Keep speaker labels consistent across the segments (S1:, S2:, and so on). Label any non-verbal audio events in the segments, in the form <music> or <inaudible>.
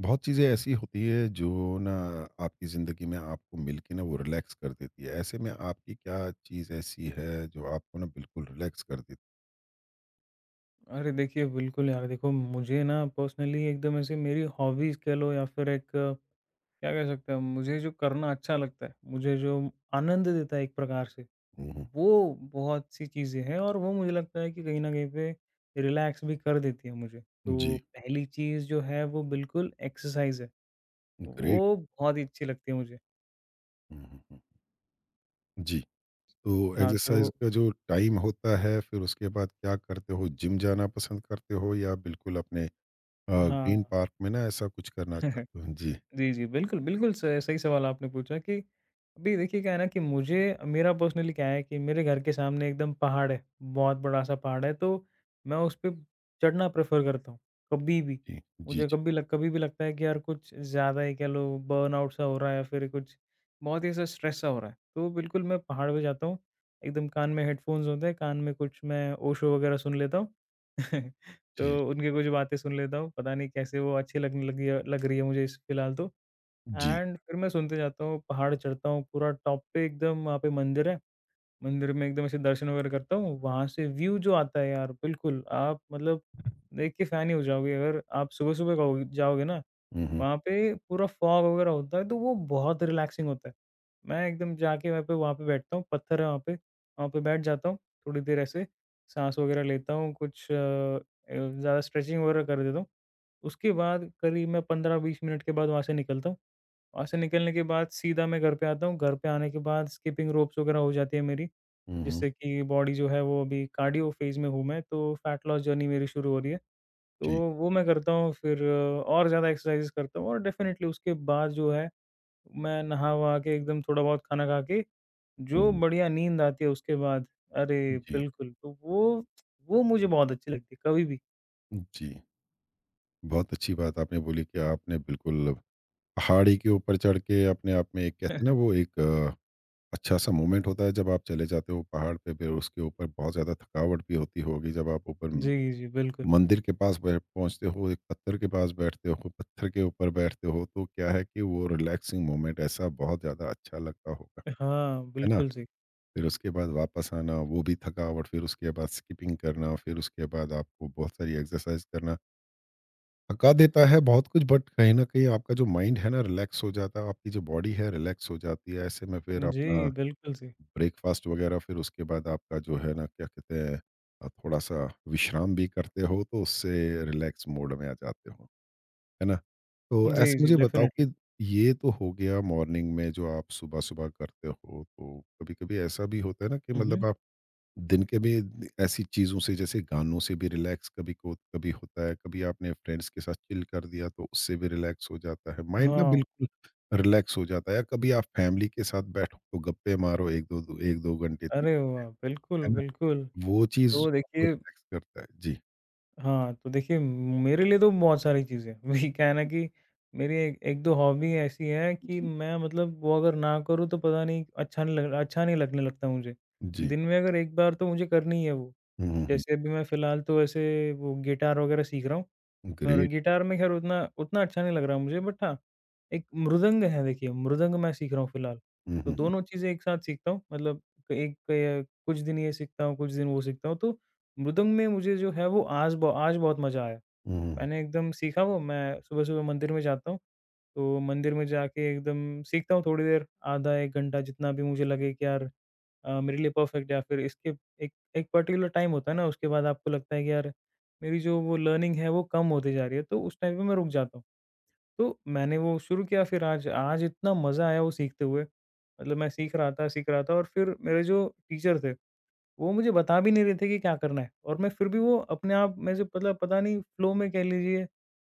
S1: बहुत चीज़ें ऐसी होती है जो ना आपकी ज़िंदगी में आपको मिलके ना वो रिलैक्स कर देती है। ऐसे में आपकी क्या चीज़ ऐसी है जो आपको ना बिल्कुल रिलैक्स कर देती।
S2: अरे देखिए, बिल्कुल यार देखो, मुझे ना पर्सनली एकदम ऐसे मेरी हॉबीज़ कह लो या फिर एक क्या कह सकते हैं, मुझे जो करना अच्छा लगता है, मुझे जो आनंद देता है एक प्रकार से,
S1: हुँ, हुँ।
S2: वो बहुत-सी चीज़ें हैं और वो मुझे लगता है कि कहीं न कहीं पे रिलैक्स भी कर देती है मुझे।
S1: जी,
S2: तो पहली चीज़ जो है वो बिल्कुल एक्सरसाइज़ है,
S1: ग्रेट।
S2: वो बहुत ही अच्छी लगती है मुझे।
S1: हुँ, हुँ, हुँ। जी, तो जी।
S2: हाँ,
S1: एक्सरसाइज
S2: तो
S1: का जो टाइम होता है फिर उसके बाद क्या करते हो? जिम जाना पसंद करते हो या बिल्कुल अपने
S2: हाँ।
S1: ग्रीन पार्क में ना ऐसा कुछ करना
S2: <laughs>
S1: चाहते हो? जी,
S2: जी, जी। बिल्कुल, बिल्कुल स सही सवाल आपने पूछा कि अभी देखिए क्या है ना कि मुझे मेरा पर्सनली क्या है कि मेरे घर के सामने एकदम पहाड़ है, बहुत बड़ा-सा पहाड़ है, तो मैं उस पे चढ़ना प्रेफ़र करता हूँ, कभी भी।
S1: जी, जी,
S2: मुझे
S1: जी,
S2: कभी भी लगता है कि यार कुछ ज़्यादा ही कह लो बर्नआउट सा हो रहा है या फिर कुछ बहुत ही ऐसा स्ट्रेस सा हो रहा है, तो बिल्कुल मैं पहाड़ पे जाता हूँ, एकदम कान में हेडफ़ोन्स होते हैं, कान में कुछ मैं ओशो वगैरह सुन लेता हूँ। <laughs>
S1: जी,
S2: तो उनकी कुछ बातें सुन लेता हूँ, पता नहीं कैसे वो अच्छी लगने लगी है लग रही है मुझे इस फिलहाल तो
S1: जी।
S2: एंड फिर मैं सुनते जाता हूँ, पहाड़ चढ़ता हूँ, पूरा टॉप पे एकदम वहाँ पे मंदिर है। मंदिर में एकदम ऐसे दर्शन वगैरह करता हूँ, वहाँ से व्यू जो आता है यार बिल्कुल, आप मतलब देख के फ़ैन ही हो जाओगे अगर आप सुबह-सुबह गाओगे जाओगे ना,
S1: हुँ, हुँ,
S2: वहाँ पे पूरा फॉग वगैरह होता है तो वो बहुत रिलैक्सिंग होता है। मैं एकदम जाके वहाँ पे बैठता हूँ, पत्थर है वहाँ पे बैठ जाता हूँ, थोड़ी देर ऐसे साँस वगैरह लेता हूँ, कुछ ज़्यादा स्ट्रेचिंग वगैरह कर देता हूँ। उसके बाद करीब मैं 15-20 मिनट के बाद वहाँ से निकलता हूँ। वहाँ से निकलने के बाद सीधा मैं घर पे आता हूँ, घर पे आने के बाद स्किपिंग रोप्स वगैरह हो जाती है मेरी।
S1: हुँ, हुँ।
S2: जिससे कि बॉडी जो है वो अभी कार्डियो फेज़ में हूँ मैं, तो फैट लॉस जर्नी मेरी शुरू हो रही है। तो
S1: जी,
S2: वो मैं करता हूँ फिर और ज़्यादा एक्सरसाइज़ करता हूँ और डेफ़िनेटली उसके बाद जो है मैं नहा-वहा के एकदम थोड़ा बहुत खाना खा के, जो
S1: हुँ,
S2: बढ़िया नींद आती है उसके बाद अरे!
S1: जी,
S2: बिल्कुल, तो वो मुझे बहुत अच्छी लगती है कभी भी।
S1: जी। बहुत अच्छी बात आपने बोली कि आपने बिल्कुल पहाड़ी के ऊपर चढ़ के अपने आप में एक कहते हैं ना वो
S2: <laughs>
S1: एक अच्छा सा मोमेंट होता है जब आप चले जाते हो पहाड़ पे, फिर उसके ऊपर बहुत ज़्यादा थकावट भी होती होगी जब आप ऊपर
S2: जी, जी, बिल्कुल।
S1: मंदिर के पास बैठ पहुंचते हो, एक पत्थर के पास बैठते हो, पत्थर के ऊपर बैठते हो तो क्या है कि वो रिलैक्सिंग मोमेंट ऐसा बहुत ज़्यादा अच्छा लगता होगा,
S2: हाँ,
S1: है ना?
S2: बिल्कुल सही।
S1: फिर उसके बाद वापस आना वो भी थकावट, फिर उसके बाद स्किपिंग करना, फिर उसके बाद आपको बहुत सारी एक्सरसाइज करना थका देता है बहुत कुछ, बट कहीं न कहीं आपका जो माइंड है ना रिलैक्स हो जाता है, आपकी जो बॉडी है रिलैक्स हो जाती है। ऐसे में फिर अपना
S2: जी, बिल्कुल सही।
S1: ब्रेकफ़ास्ट वग़ैरह, फिर उसके बाद आपका जो है ना क्या कहते हैं, थोड़ा-सा विश्राम भी करते हो तो उससे रिलैक्स मोड में आ जाते हो, है ना? तो
S2: जी,
S1: ऐसे
S2: जी,
S1: मुझे बताओ
S2: डेफ़िनेटली।
S1: कि ये तो हो गया मॉर्निंग में जो आप सुबह-सुबह करते हो, तो कभी-कभी ऐसा भी होता है ना कि
S2: हुँ,
S1: मतलब
S2: हुँ।
S1: आप दिन के भी ऐसी चीज़ों से, जैसे गानों से भी रिलैक्स कभी को कभी होता है, कभी आपने फ्रेंड्स के साथ चिल कर दिया तो उससे भी रिलैक्स हो जाता है। माइंड ना
S2: हाँ,
S1: बिल्कुल रिलैक्स हो जाता है, या कभी आप फैमिली के साथ बैठो तो गप्पे मारो 1-2 दो 1-2 घंटे तीन,
S2: अरे वाह! बिल्कुल,
S1: है ना?
S2: बिल्कुल।
S1: वो चीज़
S2: तो
S1: आपको
S2: देखिए
S1: रिलैक्स करता है। जी,
S2: हाँ, तो देखिए मेरे लिए तो बहुत सारी चीज़ें हैं। <laughs> वही क्या है ना कि मेरी एक 1-2 हॉबी ऐसी हैं कि
S1: जी।
S2: मैं मतलब वो अगर ना करूँ तो पता नहीं अच्छा नहीं लग अच्छा नहीं लगने लगता मुझे।
S1: जी।
S2: दिन में अगर एक बार तो मुझे करनी ही है वो।
S1: हुँ, हुँ, हुँ।
S2: जैसे अभी मैं फ़िलहाल तो ऐसे वो गिटार वगैरह सीख रहा हूँ। पर
S1: ग्रेट।
S2: गिटार में खैर उतना उतना अच्छा नहीं लग रहा मुझे बट हाँ, एक मृदंग है देखिए, मृदंग मैं सीख रहा हूँ फ़िलहाल।
S1: हुँ,
S2: तो
S1: हुँ, हुँ।
S2: दोनों चीज़ें एक साथ सीखता हूँ मतलब क- एक क कुछ दिन ये सीखता हूँ, कुछ दिन वो सीखता हूँ। तो मृदंग में मुझे जो है वो आज बहुत मज़ा आया।
S1: हुँ, हुँ।
S2: मैंने एकदम सीखा, वो मैं सुबह-सुबह मंदिर में जाता हूँ, तो मंदिर में जाके एकदम सीखता हूँ थोड़ी देर, आधा 1 घंटा जितना भी मुझे लगे कि यार मेरे लिए परफेक्ट है। या फिर इसके एक एक पर्टिकुलर टाइम होता है ना, उसके बाद आपको लगता है कि यार मेरी जो वो लर्निंग है वो कम होती जा रही है, तो उस टाइम पे मैं रुक जाता हूँ। तो मैंने वो शुरू किया फिर आज आज इतना मज़ा आया वो सीखते हुए, मतलब मैं सीख रहा था और फिर मेरे जो टीचर थे वो मुझे बता भी नहीं रहे थे कि क्या करना है, और मैं फिर भी वो अपने आप में से मतलब पता नहीं फ्लो में कह लीजिए,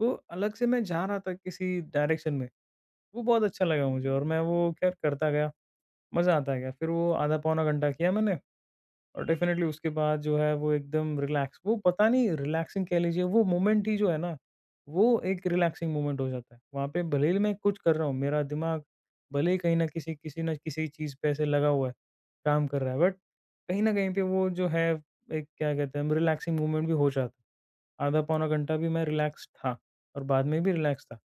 S2: वो अलग से मैं जा रहा था किसी डायरेक्शन में। वो बहुत अच्छा लगा मुझे और मैं वो खैर करता गया, मज़ा आता गया। फिर वो आधा पौना घंटा किया मैंने, और डेफ़िनेटली उसके बाद जो है वो एकदम रिलैक्स, वो पता नहीं रिलैक्सिंग कह लीजिए वो मोमेंट ही जो है ना, वो एक रिलैक्सिंग मोमेंट हो जाता है। वहाँ पे भले ही मैं कुछ कर रहा हूँ, मेरा दिमाग भले ही कहीं न किसी किसी न किसी चीज़ पे ऐसे लगा हुआ है, काम कर रहा है बट कहीं न कहीं पे वो जो है एक क्या कहते हैं, रिलैक्सिंग मोमेंट भी हो जाता है। आधा पौना घंटा भी मैं रिलैक्स था और बाद में भी रिलैक्स था।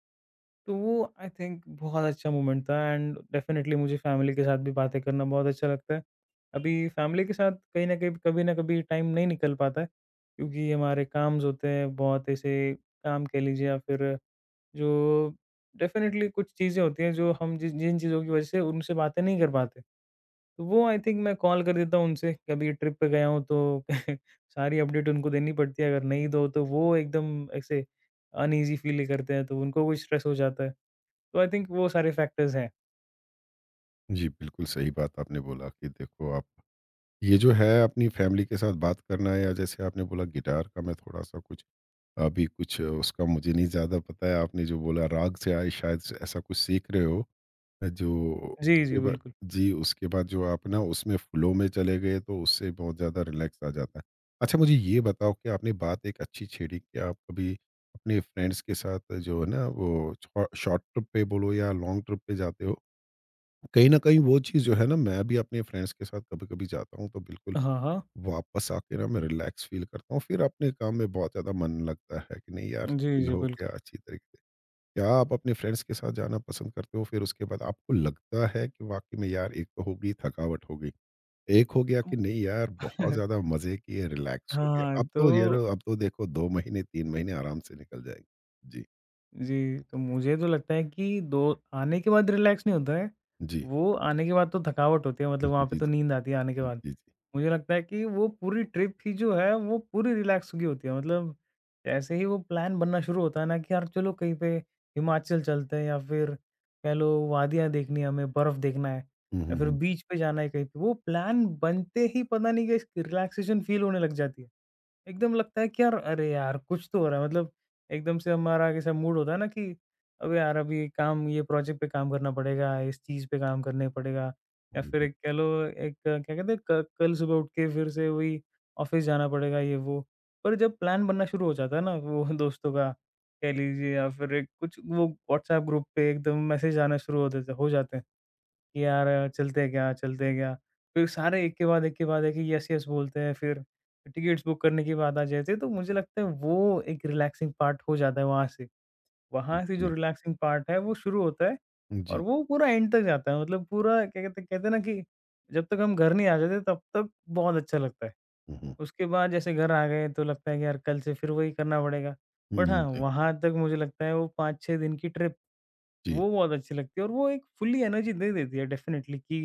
S2: तो वो आई थिंक बहुत अच्छा मोमेंट था, एंड डेफ़िनेटली मुझे फैमिली के साथ भी बातें करना बहुत अच्छा लगता है। अभी फैमिली के साथ कहीं न कहीं कभी न कभी टाइम नहीं निकल पाता है, क्योंकि हमारे काम्स होते हैं बहुत ऐसे, काम कह लीजिए या फिर जो डेफ़िनेटली कुछ चीज़ें होती हैं जो हम जिस जिन चीज़ों की वज़ह से उनसे बातें नहीं कर पाते। तो वो आई थिंक मैं कॉल कर देता हूँ उनसे, कभी ट्रिप पे गया हूँ तो <laughs> सारी अपडेट उनको देनी पड़ती है, अगर नहीं दो तो वो एकदम ऐसे अनईज़ी फ़ील करते हैं, तो उनको भी स्ट्रेस हो जाता है। तो आई थिंक वो सारे फैक्टर्स हैं।
S1: जी, बिल्कुल सही बात आपने बोला कि देखो आप ये जो है अपनी फैमिली के साथ बात करना है, या जैसे आपने बोला गिटार का मैं थोड़ा-सा कुछ, अभी कुछ उसका मुझे नहीं ज़्यादा पता है, आपने जो बोला राग से आए शायद स ऐसा कुछ सीख रहे हो, जो
S2: जी,
S1: उसके
S2: जी,
S1: बाद,
S2: बिल्कुल।
S1: जी, उसके बाद जो आप ना उसमें फ़्लो में चले गए तो उससे बहुत ज़्यादा रिलैक्स आ जाता है। अच्छा मुझे ये बताओ कि आपने बात एक अच्छी छेड़ी कि आप कभी अपने फ्रेंड्स के साथ जो है ना, वो छो शॉर्ट ट्रिप पे बोलो या लॉन्ग ट्रिप पे जाते हो। कहीं न कहीं वो चीज़ जो है ना, मैं भी अपने फ्रेंड्स के साथ कभी-कभी जाता हूँ तो बिल्कुल
S2: हाँ, हाँ।
S1: वापस आके ना मैं रिलैक्स फ़ील करता हूँ, फिर अपने काम में बहुत ज़्यादा मन लगता है कि नहीं यार,
S2: जी,
S1: चिल
S2: जी,
S1: हो गया
S2: बिल्कुल।
S1: अच्छी तरीके से। क्या आप अपने फ्रेंड्स के साथ जाना पसंद करते हो? फिर उसके बाद आपको लगता है कि वाक़ई में यार, एक तो हो गई थकावट हो गई, एक हो गया कि नहीं यार बहुत
S2: <laughs>
S1: ज़्यादा मज़े किए, रिलैक्स हो गया।
S2: हाँ,
S1: अब तो यार,
S2: तो
S1: अब तो देखो 2 महीने 3 महीने आराम से निकल जाएँगे। जी,
S2: जी, तो मुझे तो लगता है कि दो आने के बाद रिलैक्स नहीं होता है,
S1: जी।
S2: वो आने के बाद तो थकावट होती है, मतलब वहाँ पे तो नींद आती है आने
S1: <laughs>
S2: के
S1: हुँ, हुँ,
S2: बाद।
S1: जी, जी। जी, जी।
S2: मुझे लगता है कि वो पूरी ट्रिप ही जो है वो पूरी रिलैक्स की होती है, मतलब जैसे ही वो प्लान बनना शुरू होता है ना कि यार चलो कहीं पे हिमाचल चलते हैं, या फिर कह लो वादियाँ देखनी है हमें, बर्फ देखना है
S1: हुँ,
S2: या
S1: हुँ,
S2: फिर
S1: हुँ।
S2: बीच पे जाना है कहीं पे, वो प्लान बनते ही पता नहीं कैसे रिलैक्सेशन फील होने लग जाती है। एकदम लगता है कि यार, अरे यार कुछ तो हो रहा है, मतलब एकदम से हमारा कैसा मूड होता है ना कि अबे यार अभी काम, ये प्रोजेक्ट पे काम करना पड़ेगा, इस चीज़ पे काम करने पड़ेगा, या
S1: हुँ,
S2: फिर
S1: हुँ।
S2: एक कह लो एक क्या कहते हैं क कल सुबह उठ के फिर से वही ऑफ़िस जाना पड़ेगा ये वो। पर जब प्लान बनना शुरू हो जाता है ना वो <laughs> दोस्तों का कह लीजिए, या फिर एक कुछ वो व्हाट्सऐप ग्रुप पे एकदम मैसेज आना शुरू हो देते हो जाते हैं कि यार चलते हैं क्या, चलते हैं क्या? फिर सारे एक के बाद एक के बाद एक ही यस, यस बोलते हैं, फिर टिकट्स बुक करने की बात आ जाती है, तो मुझे लगता है वो एक रिलैक्सिंग पार्ट हो जाता है वहाँ से। वहाँ से जो
S1: जी,
S2: रिलैक्सिंग पार्ट है वो शुरू होता है और
S1: जी।
S2: वो पूरा एंड तक जाता है, मतलब पूरा क्या कहते कहते हैं ना कि जब तक हम घर नहीं आ जाते तब तक बहुत अच्छा लगता है।
S1: हुँ, हुँ।
S2: उसके बाद जैसे घर आ गए तो लगता है कि यार कल से फिर वही करना पड़ेगा।
S1: हुँ,
S2: बट हाँ,
S1: हुँ। जी,
S2: वहाँ तक मुझे लगता है वो 5-6 दिन की ट्रिप
S1: जी।
S2: वो बहुत अच्छी लगती है, और वो एक फुल्ली एनर्जी दे देती है डेफ़िनेटली कि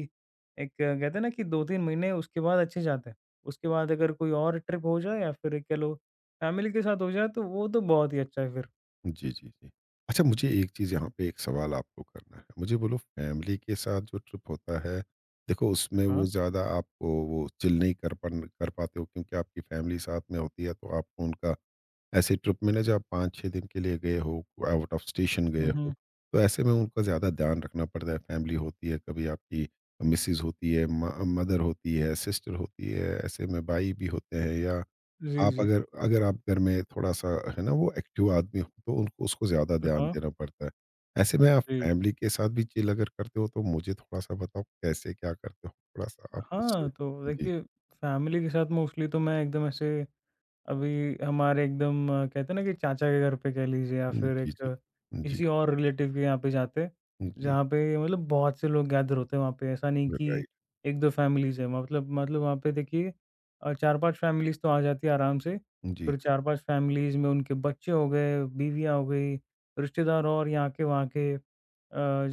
S2: एक कहते हैं ना कि 2-3 महीने उसके बाद अच्छे जाते हैं। उसके बाद अगर कोई और ट्रिप हो जाए या फिर कह लो फैमिली के साथ हो जाए तो वो तो बहुत ही अच्छा है फिर।
S1: जी, जी, जी। अच्छा, मुझे एक चीज़ यहाँ पे एक सवाल आपको करना है। मुझे बोलो फैमिली के साथ जो ट्रिप होता है, देखो उसमें वो
S2: हाँ।
S1: ज़्यादा आपको वो चिल नहीं कर पन कर पाते हो क्योंकि आपकी फैमिली साथ में होती है तो आपको उनका, ऐसे ट्रिप में ना जब आप 5-6 दिन के लिए गए हो, आउट ऑफ स्टेशन
S2: हुँ,
S1: गए
S2: हुँ।
S1: हो, तो ऐसे में उनका ज़्यादा ध्यान रखना पड़ता है। फैमिली होती है, कभी आपकी मिसेज़ होती है, म मदर होती है, सिस्टर होती है, ऐसे में भाई भी होते हैं, या
S2: जी,
S1: आप
S2: जी।
S1: अगर अगर आप घर में थोड़ा-सा है ना वो एक्टिव आदमी हो तो उनको उसको ज़्यादा ध्यान
S2: हाँ,
S1: देना पड़ता है। ऐसे में आप
S2: जी।
S1: फैमिली के साथ भी चिल अगर करते हो तो मुझे थोड़ा-सा बताओ कैसे क्या करते हो? थोड़ा-सा आप उससे।
S2: हाँ, तो
S1: जी।
S2: देखिए फैमिली के साथ मोस्टली तो मैं एकदम ऐसे अभी हमारे एकदम कहते हैं ना कि चाचा के घर पे कह लीजिए या
S1: हुँ,
S2: फिर
S1: जी,
S2: एक
S1: जी। जी,
S2: किसी और रिलेटिव के यहाँ पे जाते,
S1: जी,
S2: जहाँ पे मतलब बहुत से लोग गैदर होते हैं वहाँ पे। ऐसा नहीं कि
S1: राइट।
S2: 1-2 फैमिलीज़ हैं, मतलब वहाँ पे देखिए 4-5 फैमिलीज़ तो आ जाती है आराम से।
S1: जी,
S2: फिर 4-5 फैमिलीज़ में उनके बच्चे हो गए, बीवियाँ हो गई, रिश्तेदार और यहाँ के वहाँ के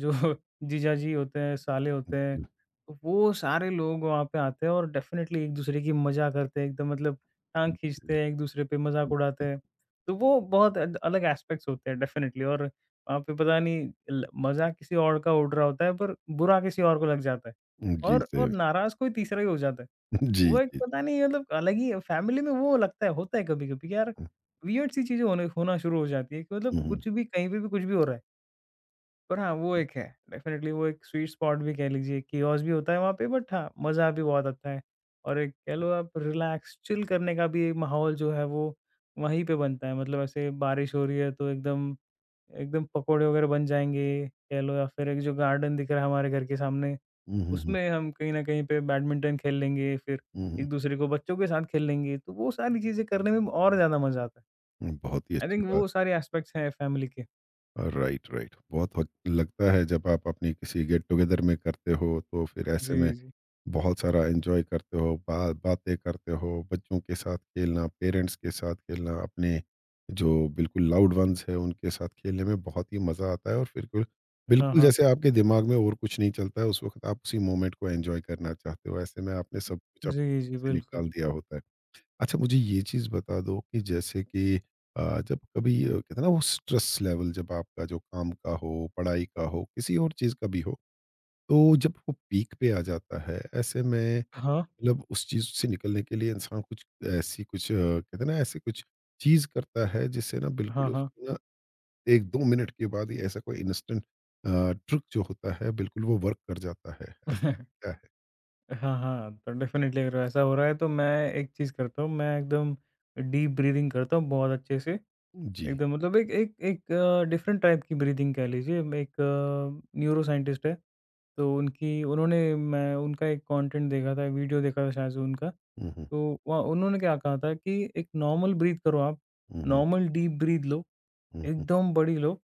S2: जो <laughs> जीजाजी होते हैं, साले होते हैं,
S1: जी,
S2: तो वो सारे लोग वहाँ पे आते हैं और डेफ़िनेटली एक-दूसरे की मज़ा करते हैं एकदम, मतलब टाँग
S1: जी,
S2: खींचते हैं, एक-दूसरे पे मज़ाक उड़ाते हैं। तो वो बहुत अद अलग एस्पेक्ट्स होते हैं डेफ़िनेटली, और वहाँ पे पता नहीं ल मज़ाक किसी और का उड़ रहा होता है पर बुरा किसी और को लग जाता है,
S1: जी,
S2: और
S1: सेम।
S2: नाराज़ कोई तीसरा ही हो जाता है।
S1: जी,
S2: वो एक
S1: जी।
S2: पता नहीं, मतलब अलग ही फैमिली में वो लगता है होता है कभी-कभी कि यार
S1: हुँ,
S2: वियर्ड सी चीज़ें होने होना शुरू हो जाती है कि मतलब
S1: हुँ,
S2: कुछ भी कहीं पे भी कुछ भी हो रहा है। पर हाँ, वो एक है, डेफ़िनेटली वो एक स्वीट स्पॉट भी कह लीजिए, किओस्क भी होता है वहाँ पे बट हाँ, मज़ा भी बहुत आता है। और एक कह लो आप रिलैक्स चिल करने का भी एक माहौल जो है वो वहीं पे बनता है। मतलब ऐसे बारिश हो रही है तो एकदम एकदम पकौड़े वग़ैरह बन जाएँगे, कह लो या फिर एक जो गार्डन दिख रहा है हमारे घर के सामने,
S1: हुँ, हुँ,
S2: उसमें हम कहीं न कहीं पे बैडमिंटन खेल लेंगे, फिर
S1: हुँ, हुँ,
S2: एक-दूसरे को बच्चों के साथ खेल लेंगे, तो वो सारी चीज़ें करने में और ज़्यादा मज़ा आता है।
S1: हुँ, बहुत ही
S2: आई
S1: अच्छी
S2: थिंक
S1: बात।
S2: वो सारे एस्पेक्ट्स हैं फैमिली के।
S1: Right, right. बहुत वक़्त लगता है जब आप अपनी किसी गेट टुगेदर में करते हो तो फिर ऐसे
S2: जी,
S1: में
S2: जी।
S1: बहुत सारा एंजॉय करते हो, बातें करते हो, बच्चों के साथ खेलना, पेरेंट्स के साथ खेलना, अपने जो बिल्कुल लाउड वंस है उनके साथ खेलने में बहुत ही मज़ा आता है, और फिर
S2: हाँ,
S1: बिल्कुल
S2: हाँ।
S1: जैसे आपके दिमाग में और कुछ नहीं चलता है उस वक्त, आप उसी मोमेंट को एंजॉय करना चाहते हो, ऐसे में आपने सब कुछ अपने
S2: जी, जी,
S1: से
S2: बिल्कुल।
S1: निकाल दिया होता है। अच्छा, मुझे ये चीज़ बता दो कि जैसे कि जब कभी, कहते हैं ना वो स्ट्रेस लेवल, जब आपका जो काम का हो, पढ़ाई का हो, किसी और चीज़ का भी हो, तो जब वो पीक पे आ जाता है ऐसे में,
S2: हाँ,
S1: मतलब उस चीज़ से निकलने के लिए इंसान कुछ ऐसी कुछ, कहते हैं ना, ऐसी कुछ चीज़ करता है जिससे ना बिल्कुल
S2: हाँ, हाँ।
S1: उसको ना 1-2 मिनट के बाद ही ऐसा कोई इंस्टेंट अ, ट्रिक जो होता है, बिल्कुल वो वर्क कर जाता है। ऐसा
S2: <laughs>
S1: क्या है?
S2: हाँ, हाँ, तो डेफ़िनेटली अगर ऐसा हो रहा है तो मैं एक चीज़ करता हूँ। मैं एकदम डीप ब्रीथिंग करता हूँ बहुत अच्छे से।
S1: जी।
S2: एकदम मतलब एक एक एक अ, डिफ़रेंट टाइप की ब्रीथिंग कह लीजिए। एक न्यूरो साइंटिस्ट है, तो उनकी उन्होंने मैं उनका एक कंटेंट देखा था, वीडियो देखा था शायद से उनका।
S1: हुँ, हुँ।
S2: तो वहाँ उन्होंने क्या कहा था कि एक नॉर्मल ब्रीथ करो आप,
S1: हुँ, हुँ।
S2: नॉर्मल डीप ब्रीथ लो,
S1: हुँ, हुँ।
S2: एकदम बड़ी लो।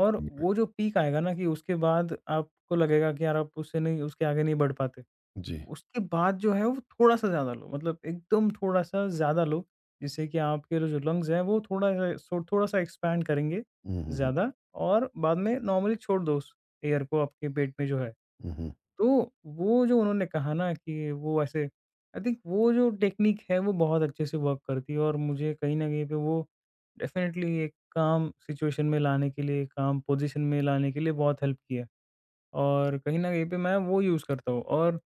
S2: और
S1: बिल्कुल।
S2: वो जो पीक आएगा ना कि उसके बाद आपको लगेगा कि यार आप उससे नहीं उसके आगे नहीं बढ़ पाते।
S1: जी।
S2: उसके बाद जो है वो थोड़ा-सा ज़्यादा लो, मतलब एकदम थोड़ा-सा ज़्यादा लो, जिससे कि आपके जो लंग्स हैं वो थोड़ा सा सो थोड़ा-सा एक्सपैंड करेंगे
S1: हुँ, हुँ, हुँ।
S2: ज़्यादा। और बाद में नॉर्मली छोड़ दो उस एयर को आपके पेट में जो है।
S1: हुँ, हुँ।
S2: तो वो जो उन्होंने कहा ना कि वो ऐसे आई थिंक वो जो टेक्नीक है वो बहुत अच्छे से वर्क करती है और मुझे कहीं न कहीं पे वो डेफ़िनेटली एक काम सिचुएशन में लाने के लिए, काम पोज़ीशन में लाने के लिए बहुत हेल्प किया। और कहीं न कहीं पे मैं वो यूज़ करता हूँ और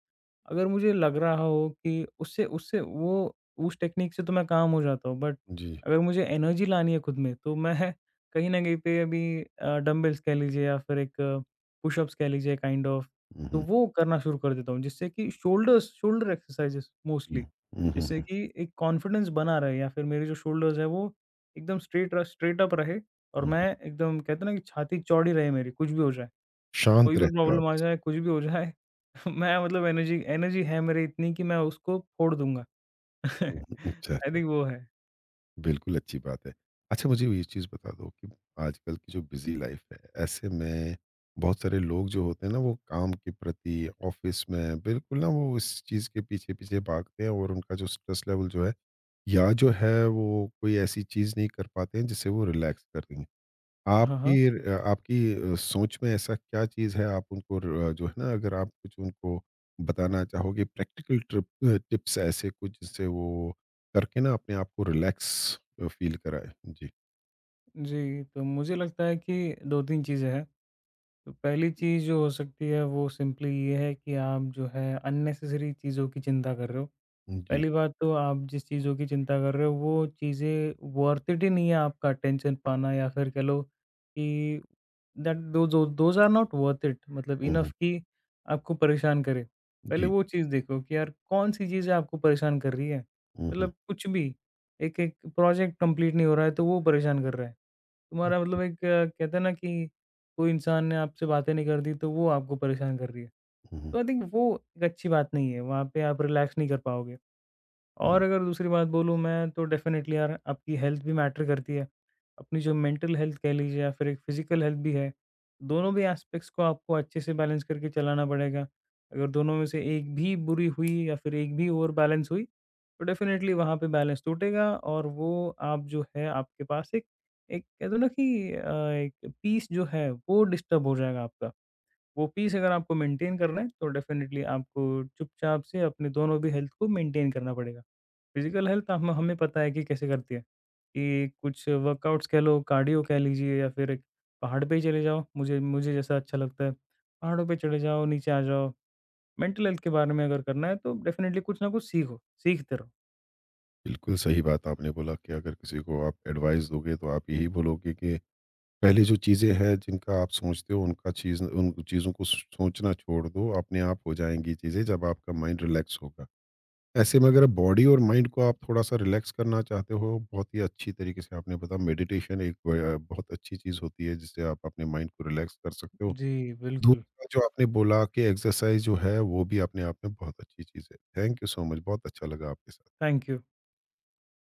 S2: अगर मुझे लग रहा हो कि उससे उससे वो उस टेक्नीक से तो मैं काम हो जाता हूँ, बट
S1: जी।
S2: अगर मुझे एनर्जी लानी है खुद में तो मैं <laughs> कहीं न कहीं पे अभी डंबल्स कह लीजिए या फिर एक पुशअप्स कह लीजिए काइंड ऑफ,
S1: हुँ,
S2: तो
S1: हुँ।
S2: वो करना शुरू कर देता हूँ जिससे कि शोल्डर एक्सरसाइज़ेस
S1: हुँ।
S2: मोस्टली,
S1: हुँ, हुँ,
S2: जिससे
S1: हुँ।
S2: कि एक कॉन्फिडेंस बना रहे या फिर मेरे जो शोल्डर्स हैं वो एकदम स्ट्रेट अप रहे और
S1: हुँ,
S2: मैं
S1: हुँ।
S2: एकदम कहते हैं ना कि छाती चौड़ी रहे मेरी, कुछ भी हो जाए।
S1: शांत
S2: कोई भी
S1: रहते हो आप।
S2: प्रॉब्लम आ जाए, कुछ भी हो जाए, <laughs> मैं मतलब एनर्जी एनर्जी है मेरी इतनी कि मैं उसको फोड़ दूँगा।
S1: हुँ,
S2: <laughs>
S1: हुँ। अच्छा,
S2: आई
S1: अच्छा।
S2: थिंक वो है।
S1: बिल्कुल, अच्छी बात है। अच्छा मुझे ये चीज़ बता दो कि आजकल की जो बिज़ी लाइफ़ है, ऐसे में बहुत सारे लोग जो होते हैं ना, वो काम के प्रति, ऑफ़िस में बिल्कुल ना वो इस चीज़ के पीछे-पीछे भागते हैं, और उनका जो स्ट्रेस लेवल जो है, या जो है वो, कोई ऐसी चीज़ नहीं कर पाते हैं जिससे वो रिलैक्स कर लेंगे।
S2: हाँ, हाँ।
S1: आपकी, सोच में ऐसा क्या चीज़ है, आप उनको र जो है ना, अगर आप कुछ उनको बताना चाहोगे प्रैक्टिकल टिप्स, ऐसे कुछ जिससे वो करके ना अपने आप को रिलैक्स फ़ील कराएँ? जी,
S2: जी, तो मुझे लगता है कि 2-3 चीज़ें हैं। तो पहली चीज़ जो हो सकती है वो सिंपली ये है कि आप जो है अननेसेसरी चीज़ों की चिंता कर रहे हो।
S1: जी।
S2: पहली बात तो आप जिस चीज़ों की चिंता कर रहे हो वो चीज़ें वर्थ इट ही नहीं है आपका अटेंशन पाना या फिर कह लो कि that those are not worth it मतलब
S1: हुँ, हुँ।
S2: इनफ कि आपको परेशान करे। पहले
S1: जी।
S2: वो चीज़ देखो कि यार कौन-सी चीज़ें आपको परेशान कर रही है?
S1: हुँ, हुँ।
S2: मतलब कुछ भी, एक-एक प्रोजेक्ट कंप्लीट नहीं हो रहा है तो वो परेशान कर रहा है। तुम्हारा मतलब एक कहते हैं ना कि कोई इंसान ने आपसे बातें नहीं कर दी तो वो आपको परेशान कर रही है।
S1: हुँ, हुँ,
S2: तो आई थिंक वो एक अच्छी बात नहीं है, वहाँ पे आप रिलैक्स नहीं कर पाओगे।
S1: हुँ।
S2: और अगर दूसरी बात बोलूँ मैं तो डेफ़िनेटली यार आपकी हेल्थ भी मैटर करती है। अपनी जो मेंटल हेल्थ कह लीजिए या फिर एक फ़िज़िकल हेल्थ भी है। दोनों भी एस्पेक्ट्स को आपको अच्छे से बैलेंस करके चलाना पड़ेगा। अगर दोनों में से एक भी बुरी हुई या फिर एक भी ओवर बैलेंस हुई, तो डेफ़िनेटली वहाँ पे बैलेंस टूटेगा और वो आप जो है आपके पास एक एक कह दो ना कि एक पीस जो है वो डिस्टर्ब हो जाएगा आपका। वो पीस अगर आपको मेंटेन करना है तो डेफ़िनेटली आपको चुपचाप से अपने दोनों भी हेल्थ को मेंटेन करना पड़ेगा। फिजिकल हेल्थ हम हमें पता है कि कैसे करती है, कि कुछ वर्कआउट्स कह लो, कार्डियो कह लीजिए या फिर एक पहाड़ पे ही चले जाओ, मुझे मुझे जैसा अच्छा लगता है। पहाड़ों पे चले जाओ, नीचे आ जाओ। मेंटल हेल्थ के बारे में अगर करना है तो डेफ़िनेटली कुछ ना कुछ सीखो, सीखते रहो।
S1: बिल्कुल सही बात आपने बोला कि अगर किसी को आप एडवाइस दोगे तो आप यही बोलोगे कि पहले जो चीज़ें हैं जिनका आप सोचते हो उनका चीज़, उन चीज़ों को सोचना छोड़ दो, अपने आप हो जाएँगी चीज़ें जब आपका माइंड रिलैक्स होगा। ऐसे में अगर बॉडी और माइंड को आप थोड़ा-सा रिलैक्स करना चाहते हो, बहुत ही अच्छी तरीके से आपने बताया मेडिटेशन एक ब बहुत अच्छी चीज़ होती है, जिससे आप अपने माइंड को रिलैक्स कर सकते हो।
S2: जी, बिल्कुल।
S1: दूसरा जो आपने बोला कि एक्सरसाइज़ जो है, वो भी अपने आप में बहुत अच्छी चीज़ है। थैंक यू सो मच, बहुत अच्छा लगा आपके साथ।
S2: Thank you.